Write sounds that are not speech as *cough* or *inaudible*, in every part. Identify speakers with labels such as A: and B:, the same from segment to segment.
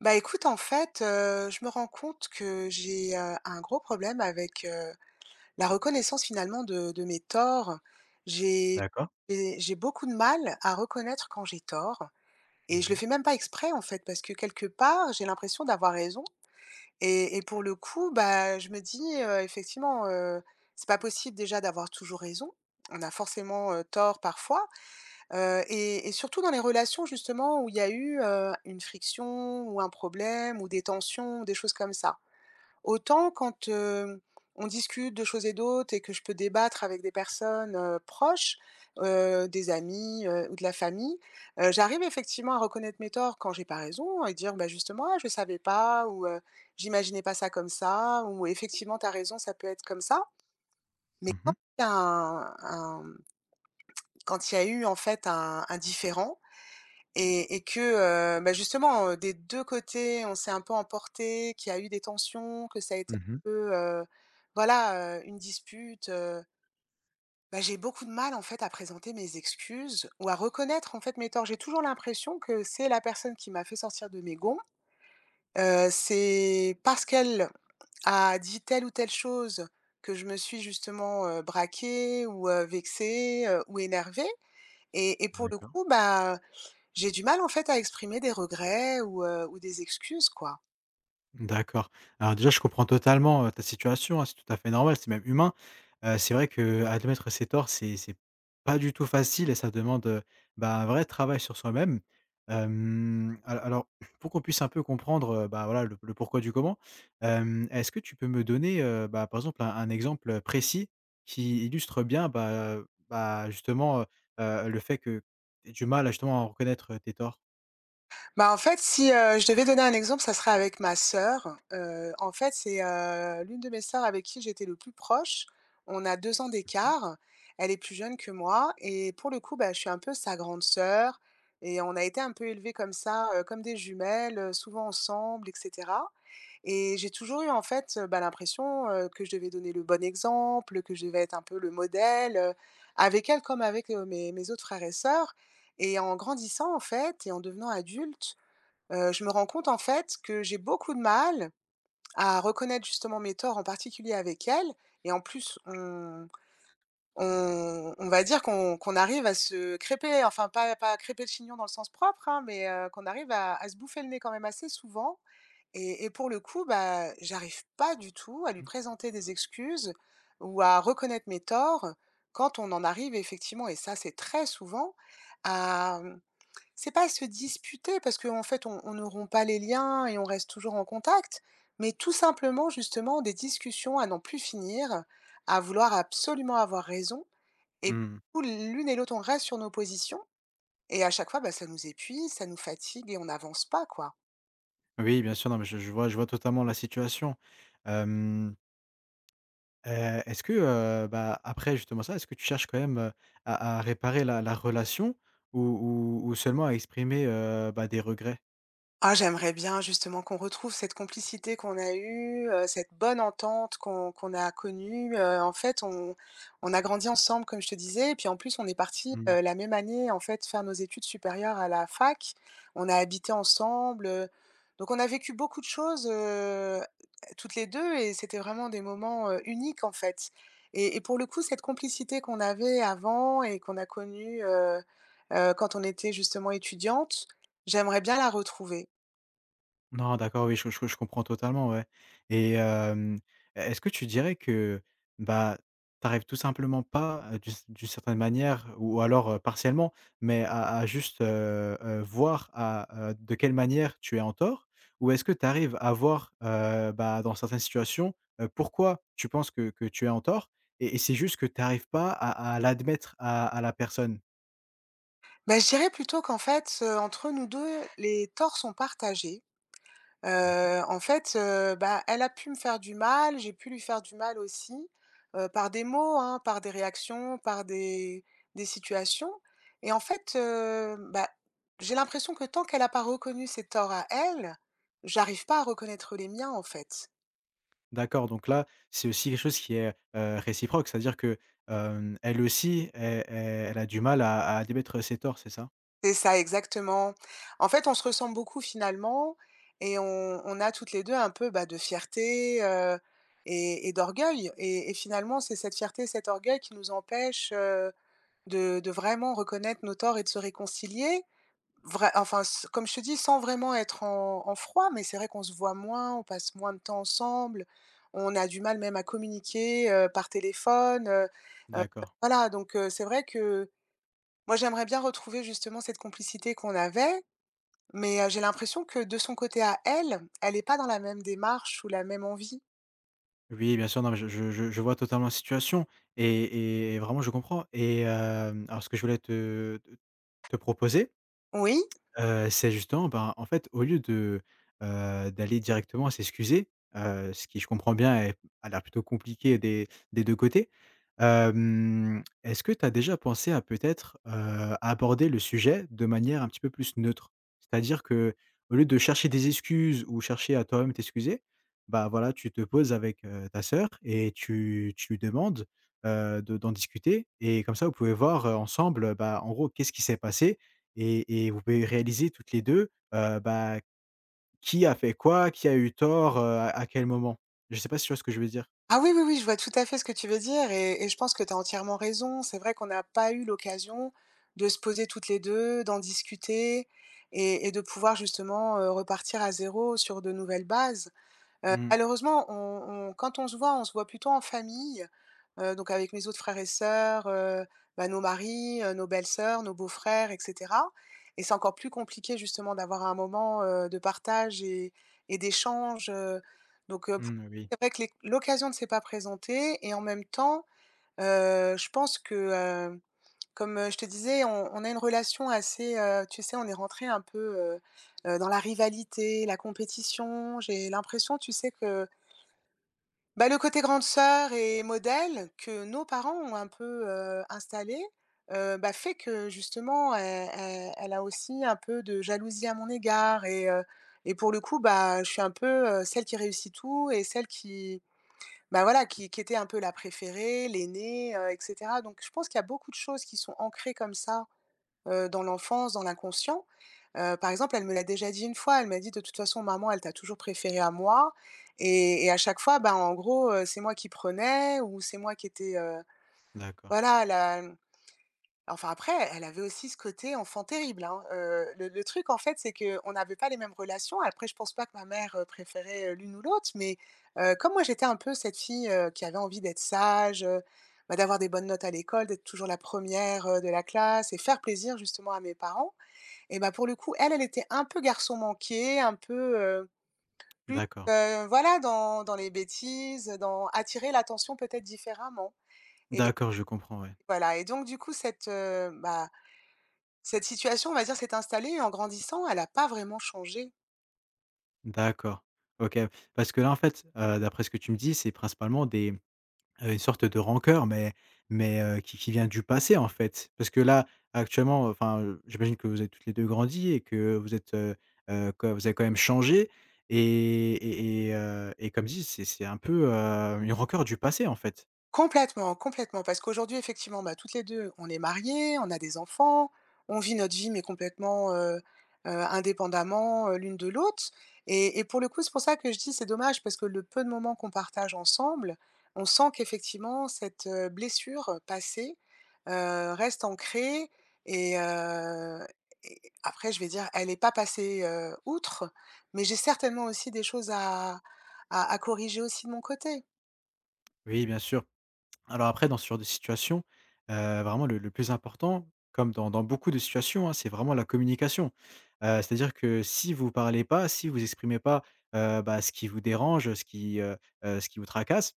A: Bah, écoute, en fait, je me rends compte que j'ai, un gros problème avec, la reconnaissance finalement de mes torts. J'ai
B: D'accord.
A: j'ai beaucoup de mal à reconnaître quand j'ai tort et je
B: Mmh
A: le
B: mh.
A: fais même pas exprès en fait, parce que quelque part, j'ai l'impression d'avoir raison et pour le coup, bah, je me dis, effectivement, c'est pas possible déjà d'avoir toujours raison. On a forcément, tort parfois. Et surtout dans les relations justement où il y a eu, une friction ou un problème ou des tensions, des choses comme ça. Autant quand, on discute de choses et d'autres et que je peux débattre avec des personnes, proches, des amis, ou de la famille, j'arrive effectivement à reconnaître mes torts quand j'ai pas raison et dire: «Bah, justement, ah, je savais pas» ou, «J'imaginais pas ça comme ça» ou «Effectivement, t'as raison, ça peut être comme ça». Mais quand
B: Mmh.
A: il y a un un quand il y a eu en fait un différend, et que, bah, justement, des 2 côtés, on s'est un peu emporté, qu'il y a eu des tensions, que ça a été un
B: Mmh.
A: peu, voilà, une dispute, bah, j'ai beaucoup de mal, en fait, à présenter mes excuses ou à reconnaître, en fait, mes torts. J'ai toujours l'impression que c'est la personne qui m'a fait sortir de mes gonds, c'est parce qu'elle a dit telle ou telle chose que je me suis justement, braquée ou, vexée, ou énervée et pour le
B: D'accord.
A: coup, bah, j'ai du mal en fait à exprimer des regrets ou des excuses, quoi.
B: D'accord. Alors déjà, je comprends totalement, ta situation, hein, c'est tout à fait normal, c'est même humain. C'est vrai que admettre ses torts, c'est pas du tout facile et ça demande, bah, un vrai travail sur soi-même. Hem, al alors *clears throat* pour qu'on puisse un peu comprendre, bah, voilà, le pourquoi du comment, est-ce que tu peux me donner, bah, par exemple, un exemple précis qui illustre bien, bah, heu, bah, justement, heu le fait que tu as du mal à justement à reconnaître tes torts?
A: Bah, en fait, si, je devais donner un exemple, ça serait avec ma sœur. En fait, c'est, l'une de mes sœurs avec qui j'étais le plus proche. On a 2 ans
B: D'accord.
A: d'écart. Elle est plus jeune que moi et pour le coup, bah, je suis un peu sa grande sœur et on a été un peu élevés comme ça, comme des jumelles, souvent ensemble et cetera, et j'ai toujours eu en fait, bah, l'impression, que je devais donner le bon exemple, que je devais être un peu le modèle, avec elle comme avec, mes autres frères et sœurs, et en grandissant en fait et en devenant adulte, je me rends compte, en fait, que j'ai beaucoup de mal à reconnaître justement mes torts, en particulier avec elle. Et en plus on va dire qu'on arrive à se crêper, enfin pas crêper le chignon dans le sens propre, hein, mais qu'on arrive à se bouffer le nez quand même assez souvent et pour le coup, bah, j'arrive pas du tout à lui présenter des excuses ou à reconnaître mes torts quand on en arrive effectivement, et ça, c'est très souvent à, c'est pas se disputer parce qu'en fait on ne rompt pas les liens et on reste toujours en contact, mais tout simplement justement des discussions à n'en plus finir, à vouloir absolument avoir raison et
B: Mmh.
A: où l'une et l'autre on reste sur nos positions, et à chaque fois, bah, ça nous épuise, ça nous fatigue et on n'avance pas, quoi.
B: Oui, bien sûr, non, mais je je vois totalement la situation. Hem, heu, Est-ce que, bah, après justement ça, est-ce que tu cherches quand même, à réparer la relation ou seulement à exprimer, bah, des regrets?
A: Ah, j'aimerais bien justement qu'on retrouve cette complicité qu'on a eue, cette bonne entente qu'on a connue, en fait, on a grandi ensemble comme je te disais, et puis en plus on est partis,
B: Mmh.
A: la même année en fait faire nos études supérieures à la fac. On a habité ensemble, donc on a vécu beaucoup de choses, toutes les 2, et c'était vraiment des moments, uniques en fait, et pour le coup cette complicité qu'on avait avant et qu'on a connue, quand on était justement étudiantes, j'aimerais bien la retrouver.
B: Non, d'accord, oui, je je comprends totalement, ouais, et hem, e est-ce que tu dirais que, bah, t'arrives tout simplement pas, d'une certaine manière ou alors, partiellement, mais à juste, voir à, de quelle manière tu es en tort? Ou est-ce que tu arrives à voir, bah, dans certaines situations, pourquoi tu penses que tu es en tort et c'est juste que tu arrives pas à à l'admettre à la personne?
A: Bah, je dirais plutôt qu'en fait, entre nous 2 les torts sont partagés.
B: D'accord.
A: En fait, bah, elle a pu me faire du mal, j'ai pu lui faire du mal aussi, par des mots, hein, par des réactions, par des situations, et en fait, bah, j'ai l'impression que tant qu'elle n'a pas reconnu ses torts à elle, j'arrive pas à reconnaître les miens, en fait.
B: D'accord, donc là, c'est aussi quelque chose qui est, réciproque, c'est-à-dire que, elle aussi, elle a du mal à admettre ses torts, c'est ça?
A: C'est ça, exactement. En fait, on se ressemble beaucoup finalement, et on a toutes les 2 un peu, bah, de fierté, et d'orgueil, et finalement, c'est cette fierté, cet orgueil qui nous empêche, de vraiment reconnaître nos torts et de se réconcilier. Vrai enfin, s comme je te dis, sans vraiment être en froid, mais c'est vrai qu'on se voit moins, on passe moins de temps ensemble, on a du mal même à communiquer, par téléphone, heu,
B: D'accord.
A: voilà, donc c'est vrai que moi, j'aimerais bien retrouver justement cette complicité qu'on avait, mais j'ai l'impression que de son côté à elle, elle n'est pas dans la même démarche ou la même envie.
B: Oui, bien sûr, non, mais je je vois totalement la situation et vraiment je comprends, et alors ce que je voulais te proposer,
A: Oui.
B: C'est justement, ben, en fait, au lieu de, d'aller directement s'excuser, ce qui, je comprends bien, est a l'air plutôt compliqué des 2 côtés. Est-ce que tu as déjà pensé à peut-être, aborder le sujet de manière un petit peu plus neutre? C'est-à-dire qu'au lieu de chercher des excuses ou chercher à toi-même t'excuser, bah, voilà, tu te poses avec, ta sœur et tu lui demandes, de d'en discuter, et comme ça, vous pouvez voir, ensemble, bah, en gros, qu'est-ce qui s'est passé? Et vous pouvez réaliser toutes les 2, bah, qui a fait quoi, qui a eu tort, à quel moment. Je sais pas si tu vois ce que je veux dire?
A: Ah oui, oui, oui, je vois tout à fait ce que tu veux dire, et je pense que tu as entièrement raison. C'est vrai qu'on n'a pas eu l'occasion de se poser toutes les 2, d'en discuter et de pouvoir justement, repartir à zéro sur de nouvelles bases. Heu,
B: Mmh.
A: malheureusement, on quand on se voit plutôt en famille. Donc avec mes autres frères et sœurs, bah, nos maris, nos belles-sœurs, nos beaux-frères et cetera, et c'est encore plus compliqué justement d'avoir un moment, de partage et d'échange, donc pou
B: Mmh, oui.
A: c'est vrai que l'occasion ne s'est pas présentée, et en même temps, je pense que, comme, je te disais, on a une relation assez, tu sais, on est rentré un peu, dans la rivalité, la compétition. J'ai l'impression, tu sais, que bah, le côté grande sœur et modèle que nos parents ont un peu, installé, bah, fait que justement, elle a aussi un peu de jalousie à mon égard, et pour le coup, bah, je suis un peu, celle qui réussit tout et celle qui, bah, voilà, qui était un peu la préférée, l'aînée, et cetera, donc je pense qu'il y a beaucoup de choses qui sont ancrées comme ça, dans l'enfance, dans l'inconscient. Par exemple, elle me l'a déjà dit une fois, elle m'a dit: «De toute façon, maman, elle t'a toujours préféré à moi», et à chaque fois, ben, en gros, c'est moi qui prenais ou c'est moi qui étais,
B: D'accord,
A: voilà, la enfin après, elle avait aussi ce côté enfant terrible, hein. Le truc, en fait, c'est qu'on n'avait pas les mêmes relations. Après, je pense pas que ma mère, préférait, l'une ou l'autre, mais comme moi, j'étais un peu cette fille, qui avait envie d'être sage, bah, d'avoir des bonnes notes à l'école, d'être toujours la première re de la classe et faire plaisir justement à mes parents, et bah, pour le coup, elle, elle était un peu garçon manqué, un peu, plus,
B: d'accord.
A: voilà, dans les bêtises, dans attirer l'attention peut-être différemment, et
B: D'accord, je comprends, ouais.
A: voilà, et donc du coup, cette, bah, cette situation, on va dire, s'est installée, et en grandissant, elle n'a pas vraiment changé.
B: D'accord. OK. Parce que là, en fait, d'après ce que tu me dis, c'est principalement des une sorte de rancœur, mais qui vient du passé, en fait. Parce que là, actuellement, enfin, j'imagine que vous avez toutes les 2 grandi et que vous êtes, que vous avez quand même changé, et comme dit, c'est un peu, une rancœur du passé, en fait.
A: Complètement, complètement, parce qu'aujourd'hui, effectivement, bah, toutes les 2, on est mariées, on a des enfants, on vit notre vie, mais complètement, indépendamment, l'une de l'autre, et pour le coup, c'est pour ça que je dis: «C'est dommage», parce que le peu de moments qu'on partage ensemble, on sent qu'effectivement cette, blessure passée, reste ancrée, et heu et après je vais dire: «Elle n'est pas passée, outre», mais j'ai certainement aussi des choses à à corriger aussi de mon côté.
B: Oui, bien sûr. Alors après, dans ce genre de situation, vraiment le plus important, comme dans dans beaucoup de situations, hein, c'est vraiment la communication. C'est-à-dire que si vous parlez pas, si vous exprimez pas, bah, ce qui vous dérange, ce qui vous tracasse,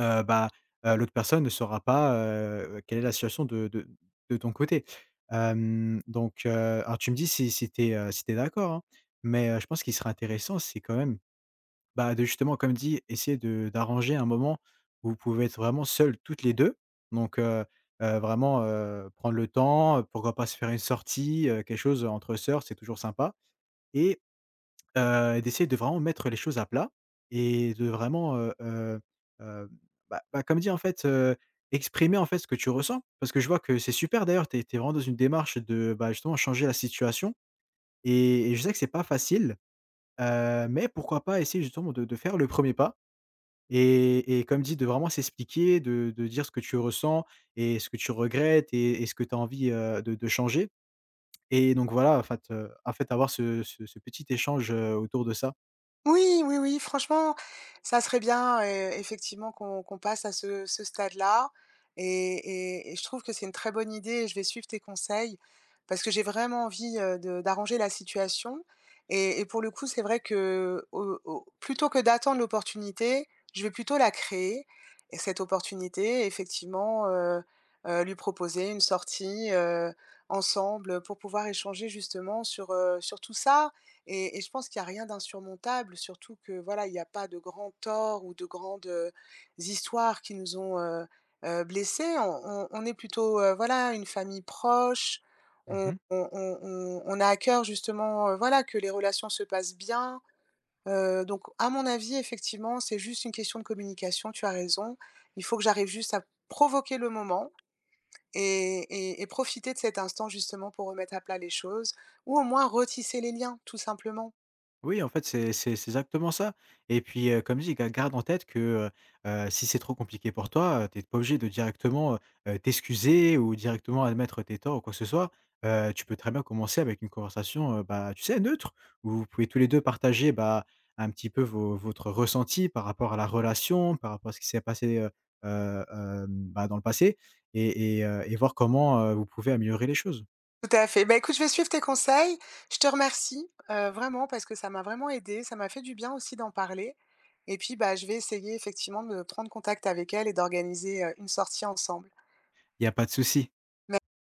B: bah, l'autre personne ne saura pas, quelle est la situation de de ton côté. Hem, donc Alors tu me dis si si tu es, si d'accord, hein, mais je pense qu'il serait intéressant, c'est quand même, bah, de justement, comme dit, essayer de d'arranger un moment où vous pouvez être vraiment seuls toutes les deux. Donc heu, Vraiment, prendre le temps, pourquoi pas se faire une sortie, quelque chose entre sœurs, c'est toujours sympa, et d'essayer de vraiment mettre les choses à plat et de vraiment, heu, comme dit, en fait, exprimer, en fait, ce que tu ressens. Parce que je vois que c'est super d'ailleurs, tu es vraiment dans une démarche de, bah, justement changer la situation, et je sais que c'est pas facile, mais pourquoi pas essayer justement de faire le premier pas et et comme dit, de vraiment s'expliquer, de dire ce que tu ressens et ce que tu regrettes et ce que tu as envie, de changer. Et donc voilà, en fait, avoir ce ce petit échange, autour de ça.
A: Oui, oui, oui, franchement, ça serait bien, effectivement qu'on passe à ce stade-là, et je trouve que c'est une très bonne idée, et je vais suivre tes conseils, parce que j'ai vraiment envie, de d'arranger la situation, et pour le coup, c'est vrai que, au au plutôt que d'attendre l'opportunité, je vais plutôt la créer, et cette opportunité, effectivement, lui proposer une sortie, ensemble, pour pouvoir échanger justement sur, sur tout ça, et je pense qu'il y a rien d'insurmontable, surtout que, voilà, il n'y a pas de grands torts ou de grandes, histoires qui nous ont, blessés. On est plutôt, voilà, une famille proche. On
B: Mmh.
A: on on on on a à cœur justement, voilà, que les relations se passent bien. Donc à mon avis, effectivement, c'est juste une question de communication, tu as raison. Il faut que j'arrive juste à provoquer le moment, et profiter de cet instant justement pour remettre à plat les choses, ou au moins retisser les liens, tout simplement.
B: Oui, en fait, c'est c'est exactement ça, et puis, comme je dis, ga garde en tête que, si c'est trop compliqué pour toi, tu es pas obligé de directement, t'excuser ou directement admettre tes torts ou quoi que ce soit. Tu peux très bien commencer avec une conversation, bah, tu sais, neutre, où vous pouvez tous les 2 partager, bah, un petit peu vos votre ressenti par rapport à la relation, par rapport à ce qui s'est passé, bah, dans le passé, et voir comment, vous pouvez améliorer les choses.
A: Tout à fait. Bah, écoute, je vais suivre tes conseils. Je te remercie, vraiment, parce que ça m'a vraiment aidée, ça m'a fait du bien aussi d'en parler, et puis, bah, je vais essayer effectivement de prendre contact avec elle et d'organiser, une sortie ensemble.
B: Il y a pas de souci.